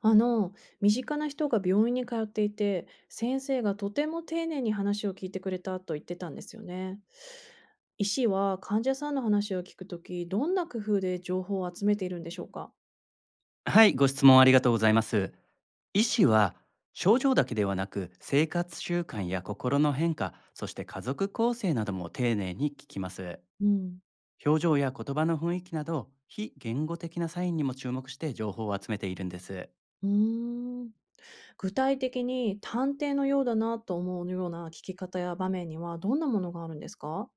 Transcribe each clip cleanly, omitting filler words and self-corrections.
あの、身近な人が病院に通っていて、先生がとても丁寧に話を聞いてくれたと言ってたんですよね。医師は患者さんの話を聞くとき、どんな工夫で情報を集めているんでしょうか？はい、ご質問ありがとうございます。医師は症状だけではなく生活習慣や心の変化、そして家族構成なども丁寧に聞きます。うん、表情や言葉の雰囲気など非言語的なサインにも注目して情報を集めているんです。うーん具体的に探偵のようだなと思うような聞き方や場面にはどんなものがあるんですか？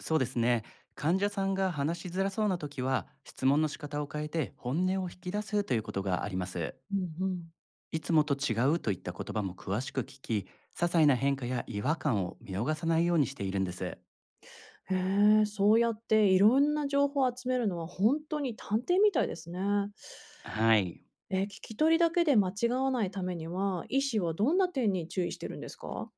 そうですね。患者さんが話しづらそうな時は質問の仕方を変えて本音を引き出すということがあります。うんうん。いつもと違うといった言葉も詳しく聞き、些細な変化や違和感を見逃さないようにしているんです。へえ、そうやっていろんな情報を集めるのは本当に探偵みたいですね。はい。え、聞き取りだけで間違わないためには、医師はどんな点に注意してるんですか？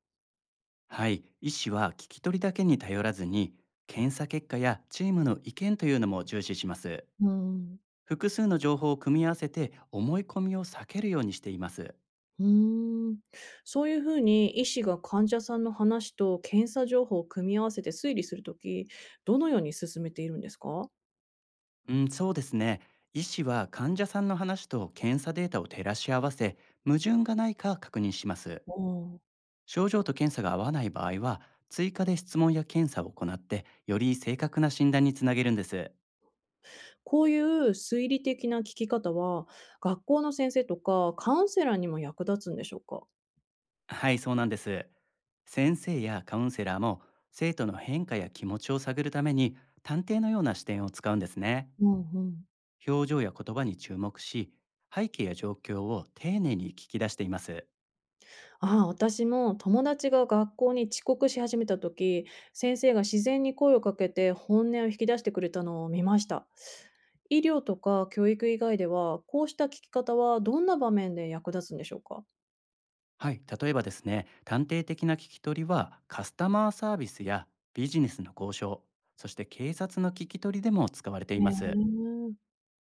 はい、医師は聞き取りだけに頼らずに検査結果やチームの意見というのも重視します。うん、複数の情報を組み合わせて思い込みを避けるようにしています。うーん。そういうふうに医師が患者さんの話と検査情報を組み合わせて推理するとき、どのように進めているんですか？うん、そうですね。医師は患者さんの話と検査データを照らし合わせ、矛盾がないか確認します。おー。症状と検査が合わない場合は、追加で質問や検査を行って、より正確な診断につなげるんです。こういう推理的な聞き方は、学校の先生とかカウンセラーにも役立つんでしょうか？はい、そうなんです。先生やカウンセラーも、生徒の変化や気持ちを探るために、探偵のような視点を使うんですね。うんうん。表情や言葉に注目し、背景や状況を丁寧に聞き出しています。ああ、私も友達が学校に遅刻し始めた時、先生が自然に声をかけて本音を引き出してくれたのを見ました。医療とか教育以外では、こうした聞き方はどんな場面で役立つんでしょうか？はい、例えばですね、探偵的な聞き取りはカスタマーサービスやビジネスの交渉、そして警察の聞き取りでも使われていへまえ。す。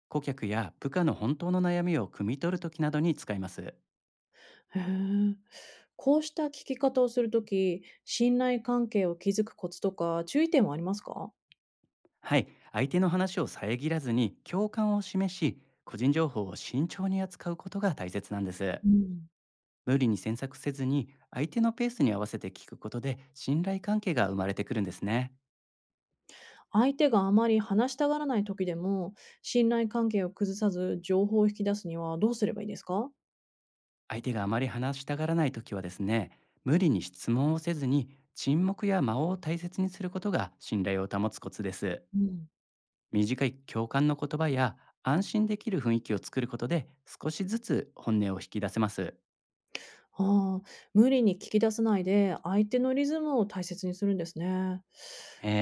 顧客や部下の本当の悩みを汲み取るときなどに使います。へえ。こうした聞き方をするとき、信頼関係を築くコツとか注意点はありますか？はい、相手の話を遮らずに共感を示し、個人情報を慎重に扱うことが大切なんです。うん。無理に詮索せずに、相手のペースに合わせて聞くことで信頼関係が生まれてくるんですね。相手があまり話したがらない時でも、信頼関係を崩さず情報を引き出すにはどうすればいいですか？相手があまり話したがらないときはですね、無理に質問をせずに沈黙や間を大切にすることが信頼を保つコツです。うん。短い共感の言葉や安心できる雰囲気を作ることで、少しずつ本音を引き出せます。ああ、無理に聞き出さないで、相手のリズムを大切にするんですね。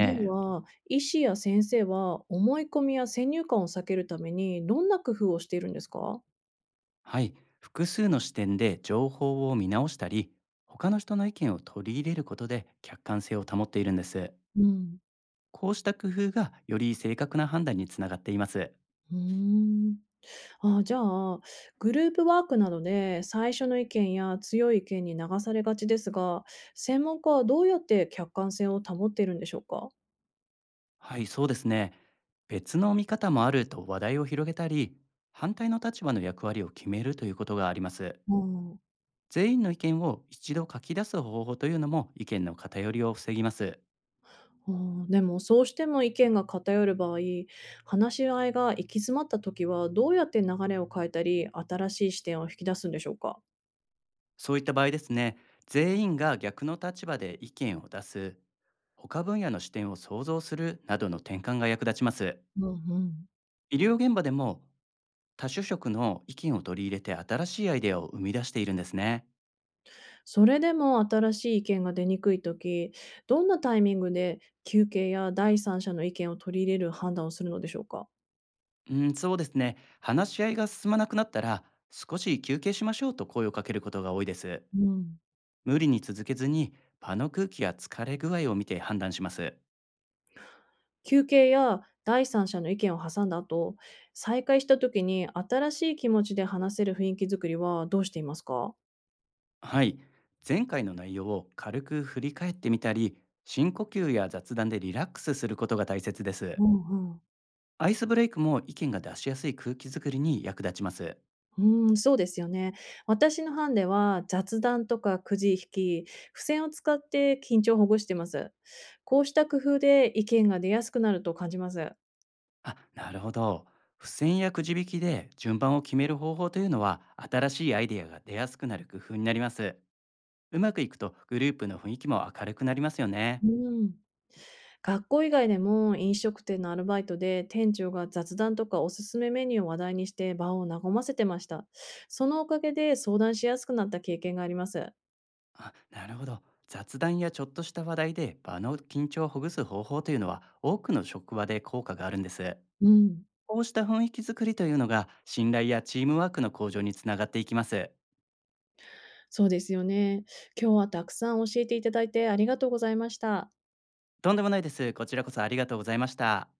でえ。は、医師や先生は思い込みや先入観を避けるために、どんな工夫をしているんですか？はい、複数の視点で情報を見直したり、他の人の意見を取り入れることで客観性を保っているんです。うん。こうした工夫がより正確な判断につながっています。うーん。ああ、じゃあ、グループワークなどで最初の意見や強い意見に流されがちですが、専門家はどうやって客観性を保っているんでしょうか？はい、そうですね。別の見方もあると話題を広げたり、反対の立場の役割を決めるということがあります。うん。全員の意見を一度書き出す方法というのも、意見の偏りを防ぎます。あーでもそうしても意見が偏る場合、話し合いが行き詰まった時はどうやって流れを変えたり、新しい視点を引き出すんでしょうか？そういった場合ですね、全員が逆の立場で意見を出す、他分野の視点を想像するなどの転換が役立ちます。うんうん。医療現場でも、多種色の意見を取り入れて新しいアイデアを生み出しているんですね。それでも新しい意見が出にくい時、どんなタイミングで休憩や第三者の意見を取り入れる判断をするのでしょうか？うん、そうですね。話し合いが進まなくなったら、少し休憩しましょうと声をかけることが多いです。うん。無理に続けずに、場の空気や疲れ具合を見て判断します。休憩や第三者の意見を挟んだ後、再開した時に新しい気持ちで話せる雰囲気づくりはどうしていますか？はい。前回の内容を軽く振り返ってみたり、深呼吸や雑談でリラックスすることが大切です。うん。アイスブレイクも意見が出しやすい空気づくりに役立ちます。うーん、そうですよね。私の班では雑談とかくじ引き、付箋を使って緊張をほぐしてます。こうした工夫で意見が出やすくなると感じます。あ、なるほど。付箋やくじ引きで順番を決める方法というのは、新しいアイデアが出やすくなる工夫になります。うまくいくとグループの雰囲気も明るくなりますよね。うん、学校以外でも飲食店のアルバイトで店長が雑談とかおすすめメニューを話題にして場を和ませてました。そのおかげで相談しやすくなった経験があります。あ、なるほど。雑談やちょっとした話題で場の緊張をほぐす方法というのは、多くの職場で効果があるんです。うん、こうした雰囲気づくりというのが、信頼やチームワークの向上につながっていきます。そうですよね。今日はたくさん教えていただいてありがとうございました。とんでもないです。こちらこそありがとうございました。